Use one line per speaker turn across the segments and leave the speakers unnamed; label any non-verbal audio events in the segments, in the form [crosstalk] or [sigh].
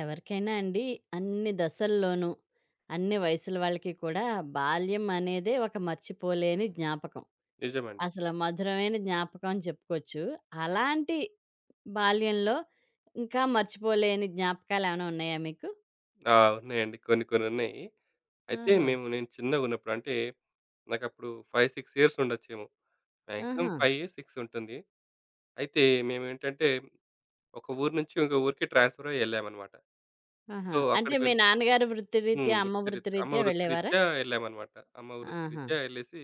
ఎవరికైనా అండి అన్ని దశల్లోనూ, అన్ని వయసుల వాళ్ళకి కూడా బాల్యం అనేదే ఒక మర్చిపోలేని జ్ఞాపకం.
నిజమండి.
అసలు మధురమైన జ్ఞాపకం అని చెప్పుకోవచ్చు. అలాంటి బాల్యంలో ఇంకా మర్చిపోలేని జ్ఞాపకాలేమైనా ఉన్నాయా మీకు?
ఆ! ఉన్నాయండి. కొన్ని కొన్ని ఉన్నాయి. అయితే
ఓహో!
నేను చిన్నగున్నప్పుడు, అంటే నాకప్పుడు 5, 6 ఇయర్స్ ఉండొచ్చేమో. మాక్సిమం
ఆహా!
5, 6 ఉంటుంది. అయితే మేమేంటంటే ఒక ఊరు నుంచి ఇంకో ఊరికి ట్రాన్స్‌ఫర్ అయ్యి ఎళ్ళామన్నమాట.
ఆహా!
సో,
అంటే
అక్కడికి
మీ
వెళ్ళి
నాన్నగారు
హ్మ్.
వృత్తిరీత్యా, అమ్మ
వృత్తిరీత్యా అమ్మ
వృత్తిరీత్యా వెళ్ళేవారా?
వృత్తిరీత్యా ఎళ్ళామన్నమాట. అమ్మ
ఆహా!
వృత్తిరీత్యా ఎళ్ళేసి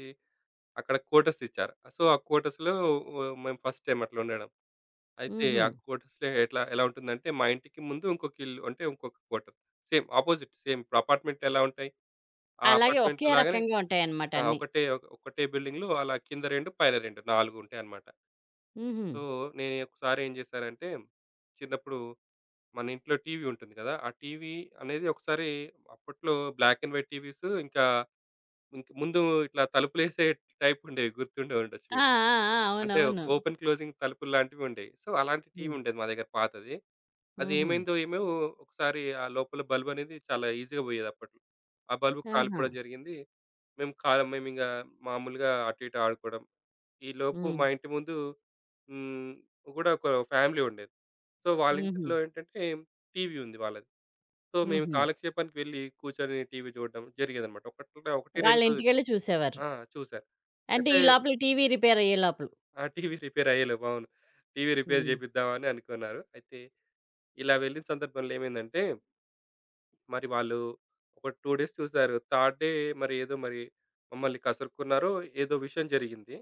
అక్కడ క్వార్టర్స్ ఇచ్చారు. సో, ఆ క్వార్టర్స్‌లో మేము ఫస్ట్ టైమ్ అట్లా ఉండడం. అయితే
హుహు.
ఆ క్వార్టర్స్‌లో ఎలా ఉంటుందంటే, మా ఇంటికి ముందు ఇంకొక ఇల్లు, అంటే ఇంకొక క్వార్టర్. సేమ్ అపోజిట్ ఇప్పుడు అపార్ట్మెంట్‌లు ఎలా ఉంటాయి? ఆ
అలాగే ఒకే
అపార్ట్‌మెంట్‌లో లాగానే.
రకంగా ఉంటాయన్నమాట
ఆ!
అన్నీ.
ఒకటే ఒకటే బిల్డింగ్‌లో అలా కింద 2, పైన 2, 4 ఉంటాయన్నమాట.
హుహు.
సో, నేను ఒకసారి ఏం చేశానంటే, చిన్నప్పుడు మన ఇంట్లో టీవీ ఉంటుంది కదా! ఆ టీవీ అనేది, ఒకసారి అప్పట్లో బ్లాక్ అండ్ వైట్ టీవీస్ ఇంక ముందు ఇట్లా తలుపులేసే టైప్ ఉండేవి, గుర్తుండే ఉండొచ్చు
ఆ!
మీకు.
ఆ! ఆ!
అంటే
అవునవును.
ఓపెన్ క్లోజింగ్ తలుపులు లాంటివి ఉండేవి. సో, అలాంటి టీవీ
హ్మ్.
ఉండేది మా దగ్గర పాతది.
హుహు.
అదేమైందో ఏమో ఒకసారి ఆ లోపల బల్బ్ అనేది చాలా ఈజీగా పోయేది అప్పట్లో. ఆ బల్బ్
ఆహా!
కాలిపోవడం జరిగింది. మేము కాల మేమింక మామూలుగా అటు ఇటు ఆడుకోవడం. ఈలోపు
హ్మ్.
మా ఇంటి ముందు హ్మ్, కూడా ఒక ఫ్యామిలీ ఉండేది. సో, వాళ్ళ
హుహు.
ఇంట్లో ఏంటంటే టీవీ ఉంది వాళ్ళది. సో, మేము
హుహు.
కాలక్షేపానికి వెళ్లి కూర్చొని టీవీ చూడడం జరిగేదన్నమాట. ఒకటి 2 రోజులు.
వాళ్ళింటికెళ్ళి చూసేవారు.
ఆ! చూశారు.
అంటే
అయితే
ఈ లోపల టీవీ రిపేర్ అయ్యే లోపల.
ఆ టీవీ రిపేర్ అయ్యేలోపు, అవును, టీవీ రిపేర్
హ్మ్.
చేపిద్దామని అనుకున్నారు. అయితే ఇలా వెళ్ళిన సందర్భంలో ఏమైందంటే, మరి వాళ్ళు ఒక 2 డేస్ చూసారు. థర్డ్ డే మరి ఏదో మరి మమ్మల్ని కసురుకున్నారో ఏదో విషయం జరిగింది.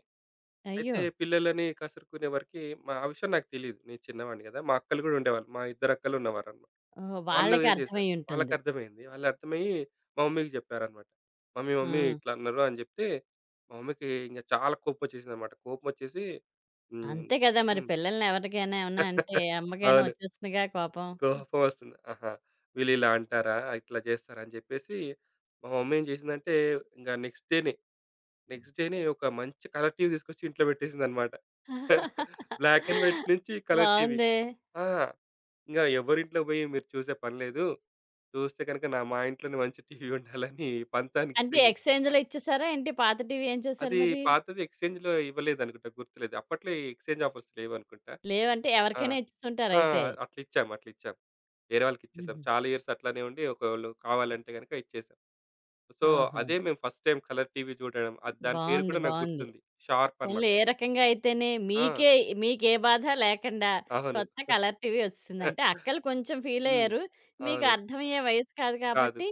అయ్యో!
అయితే పిల్లలని కసురుకునే వరకి ఆ విషయం నాకు తెలీదు. నేను చిన్నవాడిని కదా! మా అక్కలు గూడా ఉండేవాళ్ళు. మా ఇద్దరు అక్కలు ఉన్నవారన్నమాట.
ఓహో!
వాళ్ళు
వాళ్ళకి
ఏం
అర్థమై
చేశారు,
ఉంటుంది.
వాళ్ళకర్థమైంది. వాళ్ళర్థమయ్యి మా మమ్మీకి చెప్పారన్నమాట. "మమ్మీ,
ఆ!
మమ్మీ ఇట్లా అన్నారు" అని జెప్తే మా మమ్మీకి ఇంక చాలా కోపమొచ్చేసిందన్నమాట. కోపమొచ్చేసి హ్మ్.
అంతే కదా! మరి
హ్మ్.
పిల్లల్ని ఎవరికైనా ఏమన్నా అంటే
[laughs]
అమ్మకైనా
అవును.
వచ్చేస్తుందిగా కోపం.
కోపం వస్తుంది. ఆహా! వీళ్ళిలా అంటారా? ఇట్లా జేస్తారా? అని జెప్పేసి మా మమ్మీ ఏం జేసిందంటే, ఇంగ నెక్స్ట్ డే‌నే ఒక మంచి కలర్ టీవీ తీసుకొచ్చి ఇంట్లో పెట్టేసిందనమాట. బ్లాక్ అండ్ వైట్ [laughs] నుంచి కలర్ టీవీ.
బావుందే.
ఆ! ఇంగ ఎవరింట్లో బోయి మీరు చూసే పని లేదు. చూస్తే గనక మా ఇంట్లోనే మంచి టీవీ ఉండాలని పంతానికి
అంటే
పోయి,
ఎక్స్‌చేంజ్‌లో ఇచ్చేసారా ఏంటి? పాత టీవీ ఏం చేశారు
అది
మరి?
పాతది, ఎక్స్‌చేంజ్‌లో ఇవ్వలేదనుకుంటా, గుర్తులేదు. అప్పట్లో ఈ ఎక్స్‌చేంజ్ ఆఫర్స్ లేవనుకుంటా.
లేవంటే
ఆ!
ఎవరికైనా
ఆ!
ఇచ్చేసుంటారయితే.
అట్లా ఇచ్చాము. అట్లా ఇచ్చాం. వేరే వాళ్ళకిచ్చేసాం.
హుహు.
చాలా ఇయర్స్ అట్లానే ఉండి, ఒకళ్ళు కావాలంటే గనక ఇచ్చేసాం. సో,
ఓహో!
అదే మేము ఫస్ట్ టైమ్ కలర్ టీవీ చూడడం. అది దాని పేరు
బావుంది.
కూడా నాకు
బావుంది.
గుర్తుంది. షార్ప్ అనమాట.
పోన్లే ఏ రకంగా అయితేనే
ఆ!
మీకే మీకే బాధ లేకుండా
అవును.
కొత్త కలర్ టీవీ వచ్చేసిందంటే
[laughs]
అక్కలు కొంచెం
హ్మ్.
ఫీలయ్యారు. మీకు
అవును.
అర్థమయ్యే వయసు కాదు
కాదు.
కాబట్టి,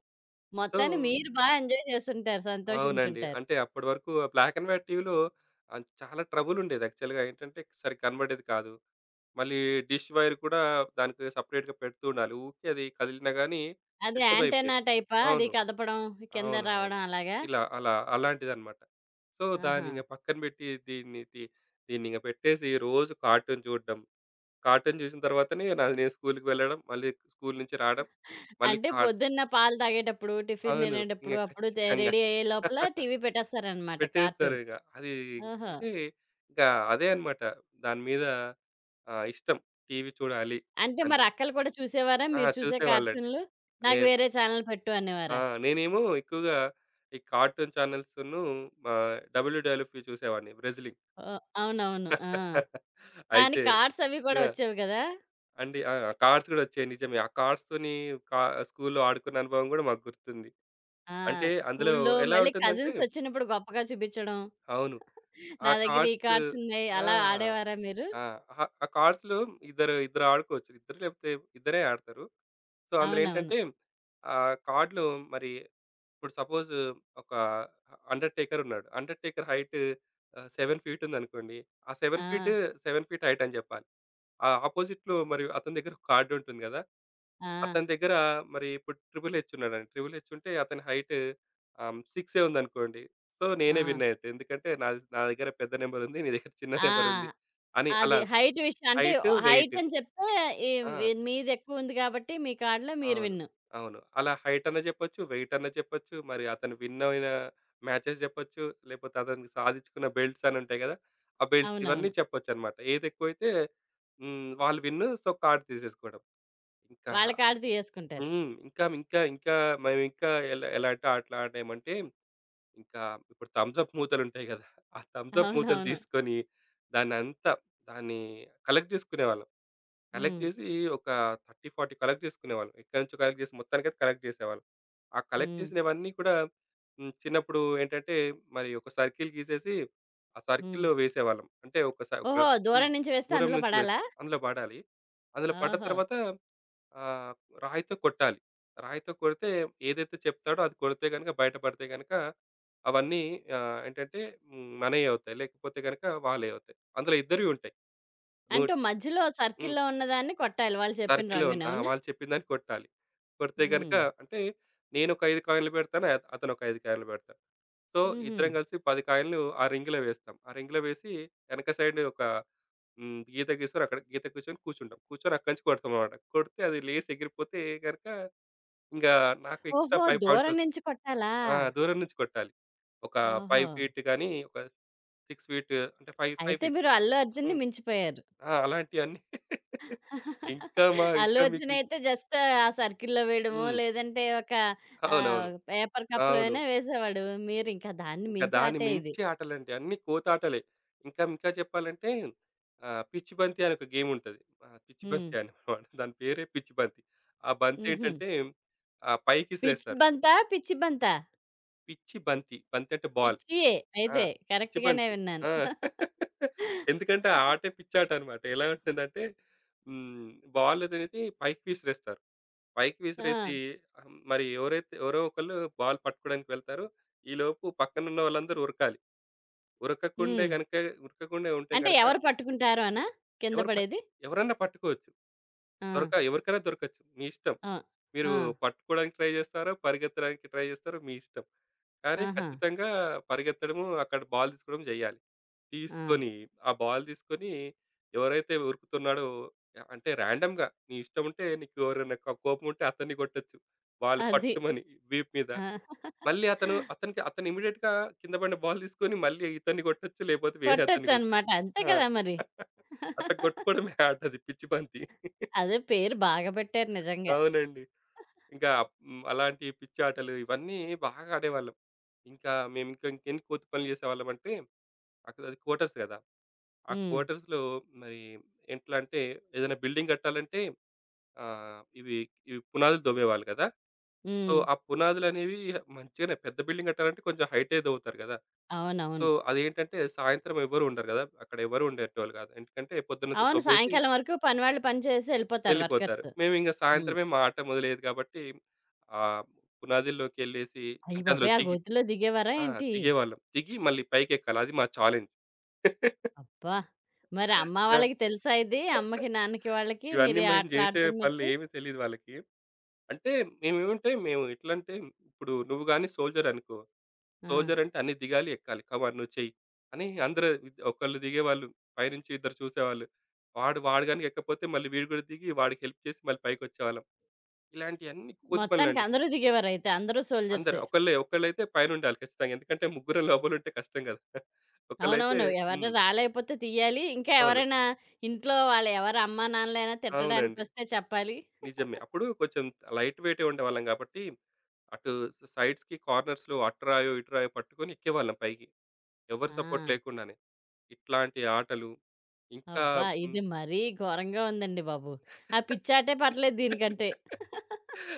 సో,
మొత్తాన్ని మీరు ఎంజాయ్ చేసుంటారు.
అవునండి.
సంతోషించుంటారు.
అంటే అప్పటి వరకు బ్లాక్ అండ్ వైట్ టీవీలో చాలా ట్రబుల్ ఉండేది, యాక్చువల్‌గా ఏంటంటే సరిగ్గా కనబడేది కాదు. మళ్ళీ డిష్ వైర్ కూడా దానికి సెపరేట్‌గా పెడుతూ ఉండాలి. ఊకే అది కదిలినా గాని
అది
డిస్టర్బ్
యాంటెన్నా
అయిపోయేది.
టైపా? అది
అవును.
కదపడం, కింద
అవునవును.
రావడం అలాగా?
ఇలా అలా అలాంటిదన్నమాట. సో,
ఆహా!
దాన్నింక పక్కన పెట్టి దీన్నింక పెట్టేసి రోజు కార్టూన్ చూడడం. కార్టూన్ చూసిన తర్వాతనే నేను స్కూలుకి వెళ్ళడం, మళ్ళీ స్కూలు నుంచి రాడం, మళ్ళీ
అంటే
కార్టూన్.
పొద్దున్న పాలు తాగేటప్పుడు, టిఫిన్
అవును. ఇంక
తినేటప్పుడు, అప్పుడు
ఖచ్చితంగా.
రెడీ అయ్యే లోపల
[laughs]
టీవీ పెట్టేస్తారనమాట కార్టూన్.
పెట్టేస్తారిక. అది,
ఓహో!
అంటే ఇంకా అదే అన్నమాట. దాని మీద ఇష్టం. టీవీ చూడాలి
అంటే
అని.
మరి అక్కలు కూడా చూసేవారా?
ఆ!
మీరు చూసే
చూసేవాళ్ళండి.
కార్టూన్‌లు? నాకు
నేను.
వేరే ఛానెల్ పెట్టు
ఆ!
అనేవారా?
నేనేమో ఎక్కువగా ఈ కార్టూన్ ఛానెల్స్‌ను, డబ్ల్యూడబ్ల్యూఎఫ్‌వి చూసేవాడిని బ్రెజిలియి.
ఓహ్! అవునవును. ఆ!
అయితే
దానికి కార్డ్స్ అవి కూడా
ఆ!
వచ్చేవి కదా!
అండి, ఆ! కార్డ్స్ గూడా వచ్చాయి నిజమే. ఆ కార్డ్స్‌తోని కా స్కూల్‌లో ఆడుకున్న అనుభవం గూడా మాకు గుర్తుంది.
ఆ!
అంటే అందులో
స్కూల్లో
ఎలా
మళ్ళీ
ఉంటుందంటే,
కజిన్స్ వచ్చినప్పుడు గొప్పగా చూపించడం.
అవును. ఆ
నా దగ్గర ఈ
కార్డ్స్.
కార్డ్స్ ఉన్నాయి.
ఆ!
అలా ఆడేవారా మీరు?
ఆ! ఆ కార్డ్స్‌లో ఇద్దరు ఇద్దరు ఆడుకోవచ్చు. ఇద్దరు లేకపోతే ఇద్దరే ఆడతారు. సో, అందులో
అవునవును.
ఏంటంటే కార్డ్‌లో, మరి ఇప్పుడు సపోజ్ ఒక అండర్‌టేకర్ ఉన్నాడు. అండర్‌టేకర్ హైట్ 7 ఫీట్ ఉందనుకోండి. ఆ
ఆ!
7 ఫీట్, 7 ఫీట్ హైట్ అని జెప్పాలి. ఆ ఆపోజిట్‌లో మరి అతని దగ్గర ఒక కార్డ్ ఉంటుంది గదా!
ఆ!
అతని దగ్గర, మరి ఇప్పుడు 'ట్రిపుల్ హెచ్' ఉన్నాడండి. 'ట్రిపుల్ హెచ్' ఉంటే అతని హైట్ 6'ఏ ఉందనుకోండి. సో,
ఆ!
నేనే విన్ అయ్యేట్టు. ఎందుకంటే నా దగ్గర పెద్ద నంబర్ ఉంది. నీ దగ్గర చిన్న
ఆ!
నంబర్ ఉంది అని అలా
అది హైట్ విషయం అంటే
హైట్,
హైట్
వెయిట్.
అని చెప్తే ఈ
ఆ!
ఈ మీది ఎక్కువ ఉంది కాబట్టి మీ కార్డ్‌లో మీరు
అవును.
విన్.
అవును. అలా హైట్ అన్నా చెప్పొచ్చు, వెయిట్ అన్నా చెప్పొచ్చు, మరి అతను విన్ అయిన మ్యాచెస్ చెప్పొచ్చు, లేకపోతే అతను సాధించుకున్న బెల్ట్స్ అని ఉంటాయి గదా! ఆ బెల్ట్స్ ఇవన్నీ
అవునవును.
చెప్పొచ్చనమాట. ఏదెక్కువైతే వాళ్ళు విన్. So, card తీసేసుకోవడం. ఇంకా
వాళ్ళ కార్డ్ తీసేసుకుంటారు.
ఇంకా, ఇంకా, ఇంకా మేమింకా ఎలాంటి ఆటలాడామంటే, ఇంకా ఇప్పుడు థమ్సప్ మూతలుంటాయి గదా! ఆ థమ్సప్ మూతలు
అవునవును.
తీసుకొని, దాన్నంతా దాన్ని కలెక్ట్ జేసుకునేవాళ్ళం. కలెక్ట్
హ్మ్.
జేసి ఒక 30, 40 కలెక్ట్ జేసుకునేవాళ్ళం. ఎక్కడి నుంచో కలెక్ట్ జేసి మొత్తానికైతే కలెక్ట్ జేసేవాళ్ళం. ఆ కలెక్ట్
హ్మ్.
చేసినవన్నీ కూడా చిన్నప్పుడు ఏంటంటే, మరి ఒక సర్కిల్ గీసేసి, ఆ
హ్మ్.
సర్కిల్‌లో వేసేవాళ్ళం. అంటే ఒక
ఓహో!
హ్మ్.
దూరం నుంచి వేస్తే
దూరం
అందులో
నుంచి
పడాలా?
వేస్తాం. అందులో పడాలి. అందులో పడ్డ
ఓహో!
తర్వాత ఆహ్, రాయితో కొట్టాలి. రాయితో కొడితే, ఏదైతే చెప్తాడో అది కొడితే గనక, బయటపడితే గనక అవన్నీ ఏంటంటే మనయి అవుతాయి. లేకపోతే గనక వాళ్ళయి అవుతాయి. అందులో ఇద్దరివి ఉంటాయి. నువ్వు.
అంటే మధ్యలో
హ్మ్.
సర్కిల్‌లో ఉన్నదాన్ని కొట్టాలి వాళ్ళు చెప్పిన
సర్కిల్‌లో ఉన్న,
రంగుని.
ఆ!
అవునా?
వాళ్ళు చెప్పిందాన్ని కొట్టాలి. కొడితే
హుహు.
గనక, అంటే నేనొక 5 కాయిన్‌లు పెడతాను. అతనొక 5 కాయిన్‌లు పెడతాడు. సో,
హుహు.
ఇద్దరం కలిసి 10 కాయిన్‌లు ఆ రింగ్‌లో వేస్తాం. ఆ రింగ్‌లో వేసి వెనక సైడ్ ఒక గీత గీస్తారు. అక్కడ గీత గీసుకొని కూర్చుంటాం. కూర్చొని అక్కడి నుంచి కొడతామనమాట. కొడితే అది లేసి ఎగిరిపోతే గనక, ఇంకా నాకు ఎక్స్‌ట్రా
ఓహో!
5 పాయింట్స్
దూరం
వస్తాయి.
నుంచి కొట్టాలా?
ఆ! దూరం నుంచి కొట్టాలి. ఒక
ఓహో!
5 ఫీట్ గాని, ఒక 6 ఫీట్, అంటే 5, 5
అయితే
ఫీట్.
మీరు 'అల్లు అర్జున్‌ని'
హ్మ్.
మించిపోయారు.
ఆ! అలాంటియన్నీ [laughs]
[laughs]
ఇంకా మా
'అల్లు
మీకు
అర్జున్' అయితే జస్ట్ ఆ సర్కిల్‌లో వేయడమో,
హ్మ్.
లేదంటే ఒక
అవునవును.
పేపర్ కప్‌లో
అవును.
అయినా వేసేవాడు. మీరింకా దాన్ని
ఇంకా
మించి
దాన్ని
ఆటే ఇది.
మించి ఆటలంటే అన్నీ కోతాటలే. ఇంకా ఇంకా చెప్పాలంటే, పిచ్చి బంతి అని ఒక గేమ్ ఉంటది. ఆ! పిచ్చి
హ్మ్.
బంతి అని అనమాట. దాని పేరే పిచ్చి బంతి. ఆ
హుహు.
బంతేంటంటే
పిచ్
పైకిసిరేస్తారు.
బంతా? పిచ్చి బంతా?
పిచ్చి బంతి. బంతి అంటే బాల్.
పిచ్చియే
ఆ!
అయితే కరెక్ట్‌గానే
పిచ్చిబంతి.
విన్నాను.
ఆ! [laughs] ఎందుకంటే ఆ ఆటే
[laughs]
పిచ్చాట అన్నమాట. ఎలా ఉంటుందంటే, హ్మ్. బాల్ అనేది పైకి విసిరేస్తారు. పైకి
ఆ!
విసిరేసి, మరి ఎవరో ఒకళ్ళు బాల్ పట్టుకోవడానికి వెళ్తారు. ఈలోపు పక్కనున్న వాళ్ళందరూ ఉరకాలి. ఉరకకుండే
హ్మ్.
గనుక ఉరకకుండా ఉంటే
అంటే
గనుక
ఎవరు పట్టుకుంటారు అనా? కింద
ఎవరు పట్
పడేది?
ఎవరన్నా పట్టుకోవచ్చు.
ఆ!
ఎవరికైనా దొరకచ్చు. మీ ఇష్టం.
ఆ!
మీరు
ఆ!
పట్టుకోవడానికి ట్రై చేస్తారా? పరిగెత్తడానికి ట్రై చేస్తారో మీ ఇష్టం. కానీ
ఆహా!
ఖచ్చితంగా పరిగెత్తడము, అక్కడ బాల్ తీసుకోవడం చేయాలి.
ఆ!
తీసుకొని, ఆ బాల్ తీసుకొని ఎవరైతే ఉరుకుతున్నాడో, అంటే ర్యాండమ్‌గా నీ ఇష్టం ఉంటే, నీకు ఎవరైనా కోపం ఉంటే అతన్ని కొట్టొచ్చు. వాళ్ళు
అది.
పట్టుమని వీపు మీద.
ఆ!
మళ్ళీ అతను ఇమ్మీడియేట్‌గా కింద పడిన బాల్ తీసుకొని మళ్ళీ ఇతన్ని కొట్టొచ్చు. లేకపోతే వేరే అతన్ని
కొట్టొచ్చనమాట.
కొట్టొచ్చు.
అంతే
ఆ!
కదా మరి.
[laughs] అట్లా కొట్టుకోవడమే ఆట, అది పిచ్చి బంతి.
అదే పేరు బాగా పెట్టారు నిజంగా.
అవునండి. ఇంకా అలాంటి పిచ్చి ఆటలు ఇవన్నీ బాగా ఆడేవాళ్ళం. ఇంకా మేము, ఇంకా ఇంకెన్ని కోతి పనులు చేసేవాళ్ళం అంటే, అక్కడ అది క్వార్టర్స్ కదా! ఆ
హ్మ్.
క్వార్టర్స్‌లో మరి ఎట్లా అంటే, ఏదైనా బిల్డింగ్ కట్టాలంటే ఆహ్, ఇవి ఇవి పునాదులు తవ్వేవాళ్ళు కదా! సో,
హ్మ్.
ఆ పునాదులనేవి, మంచిగానే పెద్ద బిల్డింగ్ కట్టాలంటే కొంచెం హైటే తవ్వుతారు కదా! సో,
అవునవును.
అదేంటంటే, సాయంత్రం ఎవ్వరు ఉండరు కదా! అక్కడ ఎవరు ఉండేటోళ్ళు కాదు. ఎందుకంటే పొద్దున్నంతా
అవును.
తవ్వేసి
సాయంకాలం వరకు పనివాళ్ళు పని చేసి ఎళ్ళిపోతారు
వెళ్ళిపోతారు.
వర్కర్స్.
మేమింక
హ్మ్.
సాయంత్రమే మా ఆట మొదలయ్యేది కాబట్టి ఆహ్, పునాదుల్లోకెళ్ళేసి,
అయ్య
అంటే అందులో
బాబోయ్! ఆ
దిగి,
గోతిలో దిగేవారా
ఆ!
ఏంటి?
దిగేవాళ్ళం. దిగి మళ్ళీ పైకెక్కాలి. అది మా ఛాలెంజ్. [laughs]
అబ్బా! మరి అమ్మ
ఆ!
వాళ్ళకి తెలుసా ఇది? అమ్మకి, నాన్నకి వాళ్ళకి
ఇవన్నీ
మీరు ఈ
మేము
ఆటలు
చేసే పనులు
ఆడుతున్నట్టు?
ఏమి తెలీదు వాళ్ళకి. అంటే మేమేమంటే మేము ఎట్లంటే, ఇప్పుడు నువ్వు గాని సోల్జర్ అనుకో.
ఆ!
సోల్జర్ అంటే అన్ని దిగాలి, ఎక్కాలి. కమాన్ నువ్వు చెయ్యి అని అందరూ. ఒకళ్ళు దిగేవాళ్ళు. పైనుంచి ఇద్దరు చూసేవాళ్ళు. వాడు వాడు గనుక ఎక్కకపోతే మళ్ళీ వీడు కూడా దిగి వాడికి హెల్ప్ చేసి మళ్ళీ పైకొచ్చేవాళ్ళం. ఇలాంటియన్నీ కోతి
మొత్తానికి
పనులండి.
అందరూ దిగేవారయితే. అందరూ
అందరూ
సోల్జర్సే.
ఒకళ్ళైతే పైనుండాలి ఖచ్చితంగా. ఎందుకంటే ముగ్గురం లోపలుంటే కష్టం కదా! [laughs] ఒకళ్ళైతే
అవునవును. ఎవరైనా
హ్మ్.
రాలేకపోతే తీయాలి. ఇంకా
అవును.
ఎవరైనా ఇంట్లో వాళ్ళ ఎవరి అమ్మా నాన్నలైనా
అవునండి.
తిట్టడానికొస్తే చెప్పాలి.
నిజమే. అప్పుడు కొంచెం లైట్ వెయిటే ఉండేవాళ్ళం కాబట్టి, అటు సైడ్స్‌కి, కార్నర్స్‌లో అటు రాయో, ఇటు రాయో పట్టుకొని ఎక్కేవాళ్ళం పైకి. ఎవరి సపోర్ట్
ఆ!
లేకుండానే. ఇట్లాంటి ఆటలు ఇంకా
అబ్బా!
హ్మ్.
ఇది మరీ ఘోరంగా ఉందండి బాబు. ఆ పిచ్చాటే పర్లేదు దీనికంటే.
[laughs]
[laughs]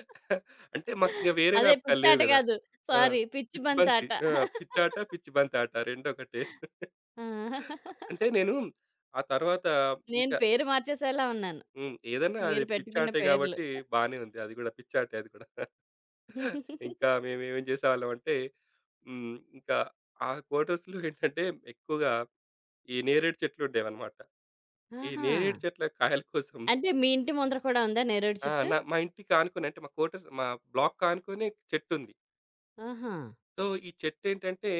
అంటే మాకింక వేరే
అదే
వ్యాపకాలు లేవు
పిచ్చాట
గదా!
కాదు.
ఆ!
సారీ పిచ్చి
పిచ్చి
బంతి
బంతి.
ఆట.
ఆ! పిచ్చాట,
[laughs]
పిచ్చి బంతి ఆట 2 ఒకటే.
ఆ!
అంటే నేను ఆ తర్వాత
నేను
ఇంకా.
పేరు మార్చేసేలా ఉన్నాను.
ఏదన్నా అది
మీరు పెట్టుకున్న
పిచ్చాటే
పేర్లు.
గాబట్టి బానే ఉంది. అది గూడా పిచ్చాటే, అది గూడా. ఇంకా
[laughs]
మేమేమేం చేసేవాళ్ళం అంటే, ఇంకా ఆ క్వార్టర్స్‌లో ఏంటంటే, ఎక్కువగా ఈ నేరేడు చెట్లు ఉండేవన్నమాట. ఈ
ఆహా!
నేరేడు చెట్ల కాయల కోసం,
అంటే మీ ఇంటి ముందర కూడా ఉందా నేరేడు
ఆ!
చెట్టు?
మా ఇంటికి ఆనుకుని, అంటే మా బ్లాక్‌కి ఆనుకుని చెట్టుంది.
ఆహా!
సో, ఈ చెట్టేంటంటే,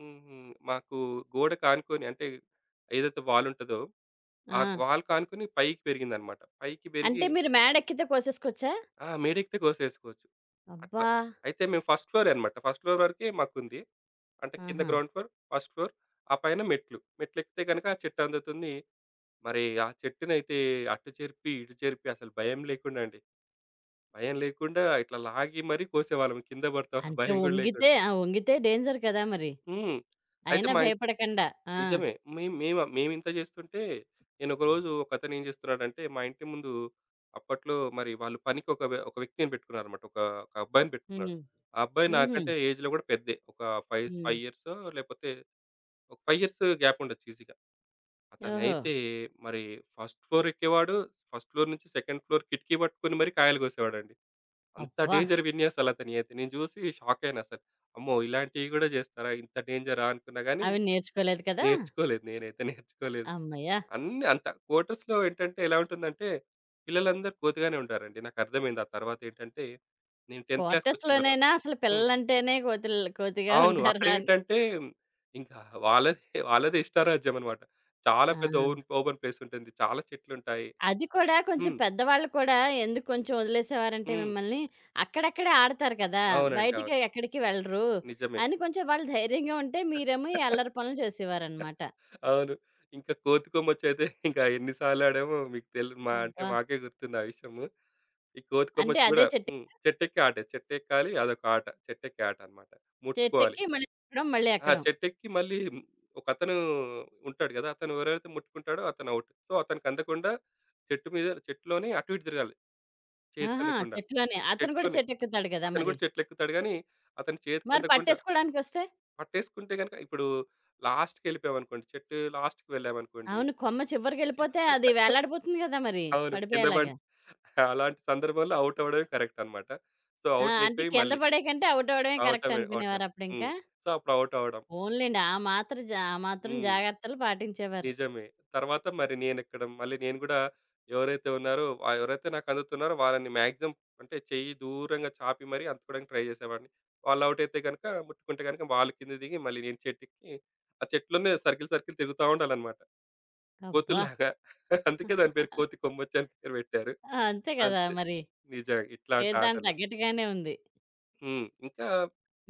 మాకు గోడకి ఆనుకొని, అంటే ఏదైతే వాల్ ఉంటదో, ఆ
ఆ!
వాల్‌కి ఆనుకొని పైకి పెరిగిందన్నమాట. పైకి పెరిగి,
అంటే మీరు మేడెక్కితే కోసేసుకోవచ్చా?
ఆ! మేడెక్కితే కోసేసుకోవచ్చు. అట్లా.
అబ్బా!
అయితే మేము ఫస్ట్ ఫ్లోరే అనమాట. ఫస్ట్ ఫ్లోర్ వరకే మాకుంది. అంటే కింద
ఆహా!
Ground floor, first floor. ఆ పైన మెట్లు. మెట్లెక్కితే గనక చెట్టు అందుతుంది. మరి ఆ చెట్టునైతే అటు చెరిపి, ఇటు చెరిపి అసలు భయం లేకుండా అండి. భయం లేకుండా ఇట్లా లాగి మరీ కోసేవాళ్ళం. కింద పడతామన్న
అంటే
భయం గూడా
వంగితే
లేకుండా.
ఆ! వంగితే డేంజర్ కదా మరి.
హ్మ్. అయితే
అయినా
మా ఇంటి.
భయపడకండా. ఆ!
నిజమే. మేం మేమ మేమింత జేస్తుంటే, నేనొక రోజు ఒకతనేం జేస్తున్నాడంటే, మా ఇంటి ముందు అప్పట్లో మరి వాళ్ళు పనికి ఒక ఒక వ్యక్తిని పెట్టుకున్నారనమాట. ఒక ఒక అబ్బాయిని పెట్టుకున్నాడు.
హ్మ్.
ఆ అబ్బాయి
హుహు.
నాకంటే ఏజ్‌లో గూడా పెద్దే. ఒక 5,
హ్మ్.
5 ఇయర్సో లేపోతే ఒక 5 ఇయర్స్ గ్యాప్ ఉండొచ్చు ఈజీగా.
ఓహో!
అతనైతే మరి ఫస్ట్ ఫ్లోర్ ఎక్కేవాడు. ఫస్ట్ ఫ్లోర్ నుంచి సెకండ్ ఫ్లోర్ కిటికీ పట్టుకొని మరి కాయలు కోసేవాడండి. అంత
అబ్బా!
డేంజర్ విన్యాసాలతనియి అయితే. నేను జూసి షాకయ్యాను అసలు. అమ్మో! ఇలాంటివి గూడా జేస్తారా? ఇంత డేంజరా అనుకున్నా గానీ
అవి నేర్చుకోలేదు కదా!
నేర్చుకోలేదు, నేనైతే నేర్చుకోలేదు.
హమ్మయ్య!
అంత క్వార్టర్స్‌లో ఏంటంటే, ఎలా ఉంటుందంటే, పిల్లలందరూ కోతిగానే ఉంటారండి. నాకర్థమైంది. ఆ తర్వాత ఏంటంటే, నేను 10థ్ క్లాస్‌కొచ్చిన తర్వాత
క్వార్టర్స్‌లోనైనా అసలు
హ్మ్.
పిల్లలంటేనే కోతిగా
అవును.
ఉంటారా అని.
అక్కడేంటంటే, ఇంకా వాళ్ళదే వాళ్ళదే ఇష్టారాజ్యమనమాట. చాలా
ఆ!
పెద్ద ఓపెన్ ప్లేసుంటుంది. చాలా చెట్లుంటాయి.
అది కూడా కొంచెం
హ్మ్.
పెద్దవాళ్ళు కూడా ఎందుకు కొంచెం వదిలేసేవారంటే
హ్మ్.
మిమ్మల్ని, అక్కడక్కడే ఆడతారు కదా!
అవునండి. అవును.
బయటికి ఎక్కడికి వెళ్ళరు
నిజమే.
అని కొంచెం వాళ్ళు ధైర్యంగా ఉంటే మీరేమో ఈ
[laughs]
అల్లరి పనులు చేసేవారనమాట.
అవును. ఇంకా కోతికొమ్మచ్చయితే ఇంకా ఎన్ని సార్లు ఆడామో మీకు మా, అంటే
అబ్బా!
మాకే గుర్తుంది ఆ విషయము. ఈ
అంటే
కోతికొమ్మచ్చి
అదే
గూడా
చెట్టు
చెట్టెక్కే ఆటే. చెట్టెక్కాలి, అదొక ఆట. చెట్టెక్కే ఆట అన్నమాట. ముట్టుకోవాలి.
చెట్టెక్కి మళ్ళీ ఎక్కడం, మళ్ళీ
ఆ!
ఎక్కడం.
చెట్టెక్కి మళ్ళీ ఒకతను ఉంటాడు గదా! అతను ఎవరెవరైతే ముట్టుకుంటాడో అతను ఔట్. సో, అతనికి అందకుండా చెట్టులోనే అటు ఇటు తిరగాలి. చేతికి
ఆహా!
అందకుండా.
చెట్లోనే. అతను కూడా
చెట్టులోనే.
చెట్టెక్కుతాడు కదా
అతను
మరి.
గూడా చెట్లెక్కుతాడు గానీ, అతని చేతికి
మరి
అందకుండా
పట్టేసుకోడానికొస్తే?
పట్టేసుకుంటే గనుక, ఇప్పుడు లాస్ట్‌కెళ్ళిపోయామనుకోండి. చెట్టు లాస్ట్‌కి వెళ్ళామనుకోండి.
అవును. కొమ్మ చివరికెళ్ళిపోతే అది
[laughs]
వేలాడిపోతుంది కదా మరి
అవును. కింద పడి
పడిపోయేలాగా.
అలాంటి సందర్భంలో ఔట్ అవ్వడమే కరెక్ట్ అన్నమాట. సో,
ఆ!
ఔట్
అంటే
అయిపోయి
కింద
మళ్ళీ.
పడే కంటే అవుట్ అవ్వడమే కరెక్ట్
అవటమే, అవటమే.
అనుకునేవారా
హ్మ్.
అప్పుడింకా?
సో, అప్పుడు ఔట్ అవ్వడం.
పోన్లెండి. ఆ మాత్రం
హ్మ్.
జాగ్రత్తలు పాటించేవారు.
నిజమే. తర్వాత మరి నేనెక్కడం, మళ్ళీ నేను గూడా ఎవరైతే ఉన్నారో, ఎవరైతే నాకు అందుతున్నారో వాళ్ళని మాక్సిమం, అంటే చెయ్యి దూరంగా చాపి మరీ అందుకోవడానికి ట్రై జేసేవాడిని. వాళ్ళు ఔట్ అయితే గనుక, ముట్టుకుంటే గనుక వాళ్ళు కింద దిగి మళ్ళీ నేను చెట్టెక్కి, ఆ చెట్లోనే సర్కిల్, సర్కిల్ తిరుగుతా ఉండాలన్నమాట.
అబ్బా!
కోతుల్లాగా. [laughs] అందుకే దాని పేరు కోతి కొమ్మచ్చి అని పేరు పెట్టారు.
ఆ! అంతే కదా
అంతే.
మరి.
నిజంగా ఇట్లాంటి
పేరు దానికి
ఆటలు.
తగ్గట్టుగానే ఉంది.
హ్మ్. ఇంకా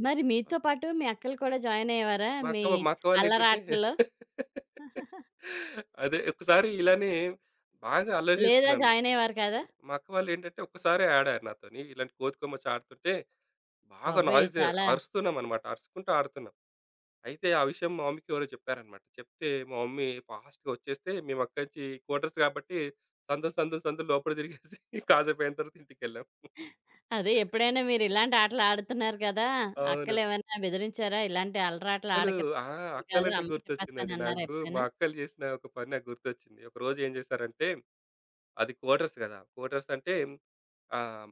మరి మీతో పాటు మీ అక్కలు కూడా జాయిన్ అయ్యేవారా
మా
మీ
అక్క మా అక్క వాళ్ళేంటంటే
అల్లరాటల్లో?
[laughs] అదే ఒకసారి ఇలానే బాగా అల్లరి
లేదా
చేస్తున్నానన్నమాట.
జాయిన్ అయ్యేవారు కాదా?
మా అక్క వాళ్ళేంటంటే ఒక్కసారే ఆడారు నాతోని. ఇలాంటి కోతికొమ్మచ్చి ఆడుతుంటే బాగా
బాబోయ్!
నాయిస్
చాలా
అరుస్తున్నామన్నమాట. అరుచుకుంటూ ఆడుతున్నాం. అయితే ఆ విషయం మా మమ్మీకి ఎవరో చెప్పారన్నమాట. చెప్తే మా మమ్మీ ఫాస్ట్‌గా వచ్చేస్తే మేమక్కడ్నుంచి క్వార్టర్స్ కాబట్టి సందు, సందు, సందు లోపల తిరిగేసి [laughs] కాసేపయిన తర్వాత ఇంటికెళ్ళాం.
అదే ఎప్పుడైనా మీరిలాంటి ఆటలాడుతున్నారు కదా!
అవును.
అక్కలేవన్నా బెదిరించారా? ఇలాంటి అలరాటలు
అక్కలు.
ఆడకండి
ఆ!
మంచిది కాదు.
అక్కలంటే
అమ్మకి
గుర్తొచ్చిందండి
చెప్పేస్తానన్నారా
నాకు. మా
ఎప్పుడైనా?
అక్కలు చేసిన ఒక పని నాకు గుర్తొచ్చింది. ఒకరోజు ఏం చేశారంటే, అది క్వార్టర్స్ కదా! క్వార్టర్స్ అంటే, ఆహ్,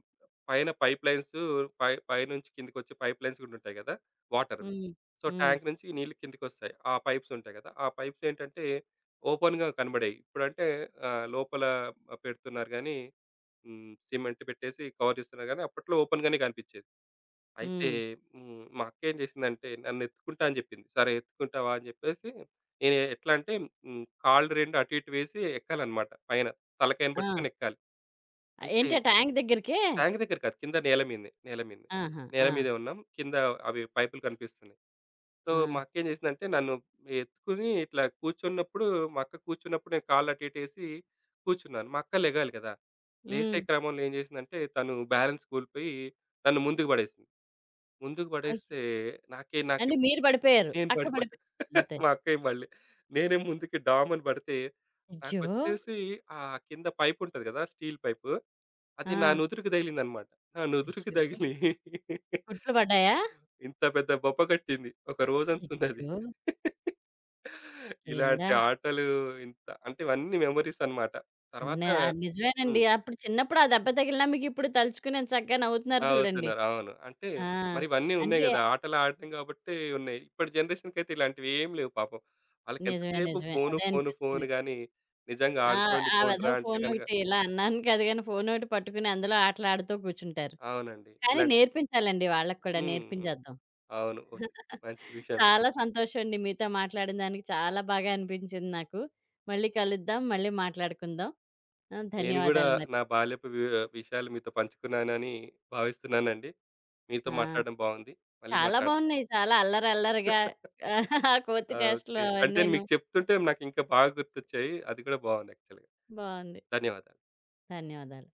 పైన పైప్‌లైన్స్ పై పైనుంచి కిందకొచ్చే పైప్‌లైన్స్ కూడా ఉంటాయి కదా! వాటర్‌వి.
హ్మ్.
సో,
హ్మ్.
ట్యాంక్ నుంచి నీళ్ళు కిందకొస్తాయి. ఆ పైప్స్ ఉంటాయి కదా! ఆ పైప్స్ ఏంటంటే ఓపెన్‌గా కనబడాయి. ఇప్పుడంటే లోపల పెడుతున్నారు గానీ, సిమెంట్ పెట్టేసి కవర్ చేస్తున్నారు గానీ, అప్పట్లో ఓపెన్‌గానే కనిపించేది. అయితే
హ్మ్.
మా అక్కేం చేసిందంటే నన్నెత్తుకుంటా అని చెప్పింది. సరే ఎత్తుకుంటావా అని చెప్పేసి, నేను ఎట్లా అంటే కాళ్ళు 2 అటు ఇటు వేసి ఎక్కాలన్నమాట పైన. తలకాయని పట్టుకొని
ఆ!
ఎక్కాలి. అయితే
ఏంటి ఆ ట్యాంక్ దగ్గరికే?
ట్యాంక్ దగ్గర కాదు, కింద నేల మీదనే. నేల మీదనే.
ఆహా!
నేల
ఆ!
మీదే ఉన్నాం. కింద అవి పైపులు కనిపిస్తున్నాయి. సో,
ఆ!
మా అక్కేం చేసిందంటే నన్ను ఎత్తుకొని ఇట్లా కూర్చున్నప్పుడు, మా అక్క కూర్చున్నప్పుడు నేను కాళ్ళు అటు ఇటు వేసి కూర్చున్నాను. మా అక్క లెగాలి కదా! లేసే
హ్మ్.
క్రమంలో ఏం చేసిందంటే తను బ్యాలన్స్ కోల్పోయి నన్ను ముందుకు పడేసింది. ముందుకు
అయ్యో!
పడేస్తే నాకే నాకే
అంటే మీరు పడిపోయారు.
నేను
అక్క
పడిపో
పడిపోయిందా
[laughs]
లేతే?
మా అక్కయ్య మళ్ళీ. నేనే ముందుకి డామని పడితే
అయ్యో!
నాకొచ్చేసి ఆ కింద పైప్ ఉంటది కదా! Steel pipe. అది
ఆ!
నా నుదురుకి తగిలిందనమాట. నా నుదురుకి
అయ్యో!
తగిలి [laughs]
కుట్లు పడ్డాయా?
ఇంత పెద్ద బొబ్బ కట్టింది. ఒక రోజంతుందది.
అయ్యో!
[laughs]
దేవుడా!
ఇలాంటి ఆటలు ఇంత, అంటే ఇవన్నీ మెమోరీస్ అనమాట.
అన్న
తర్వాత
అది నిజమేనండి.
హ్మ్.
అప్పుడు చిన్నప్పుడు ఆ దెబ్బ తగిలినా మీకిప్పుడు తలుచుకుని ఎంత చక్కగా
అలా
నవ్వుతున్నారు చూడండి.
అవుతున్నారు. అవును. అంటే
ఆ!
మరి ఇవన్నీ ఉన్నాయి
అంటే
గదా! ఆటలు ఆడడం గాబట్టే ఉన్నాయి. ఇప్పటి జనరేషన్‌కైతే ఇలాంటివి ఏమి లేవు పాపం.
నిజమే.
ఆళ్ళకెంతసేపు
నిజమే.
ఫోను,
అదే
ఫోను,
అనిపిస్తుంది.
ఫోను గానీ నిజంగా
ఆ!
ఆడుకోండి
ఆ
పోండిరా
వెధవ
అంటే గనక.
ఫోనొకటి ఇలా అన్నాను కాదు గానీ, ఫోనొకటి పట్టుకుని అందులో ఆటలాడుతూ కూర్చుంటారు.
అవునండి.
కానీ
ఇలాంటి
నేర్పించాలండి వాళ్ళకి కూడా
హ్మ్.
నేర్పించేద్దాం.
అవును. ఓకే.
[laughs]
మంచి విషయమే.
చాలా సంతోషం అండి. మీతో మాట్లాడిన దానికి చాలా బాగా అనిపించింది నాకు. మళ్ళీ కలుద్దాం. మళ్ళీ మాట్లాడుకుందాం. ఆ!
నేను గూడా
ధన్యవాదాలు మరి.
నా బాల్యపు విషయాలు మీతో పంచుకున్నానని భావిస్తున్నానండి. మీతో
ఆ!
మాట్లాడడం బావుంది. మళ్ళీ
చాలా
మాట్లాడదాం.
బావున్నాయి. చాలా అల్లరిగా
[laughs]
[laughs] కోతి చేష్టలు
ఓకే. అంటే నేను
అవన్నీను.
మీకు చెప్తుంటే నాకింకా బాగా గుర్తొచ్చాయి. అది కూడా బావుంది యాక్చువల్‌గా.
బావుంది.
ధన్యవాదాలు.
ధన్యవాదాలు.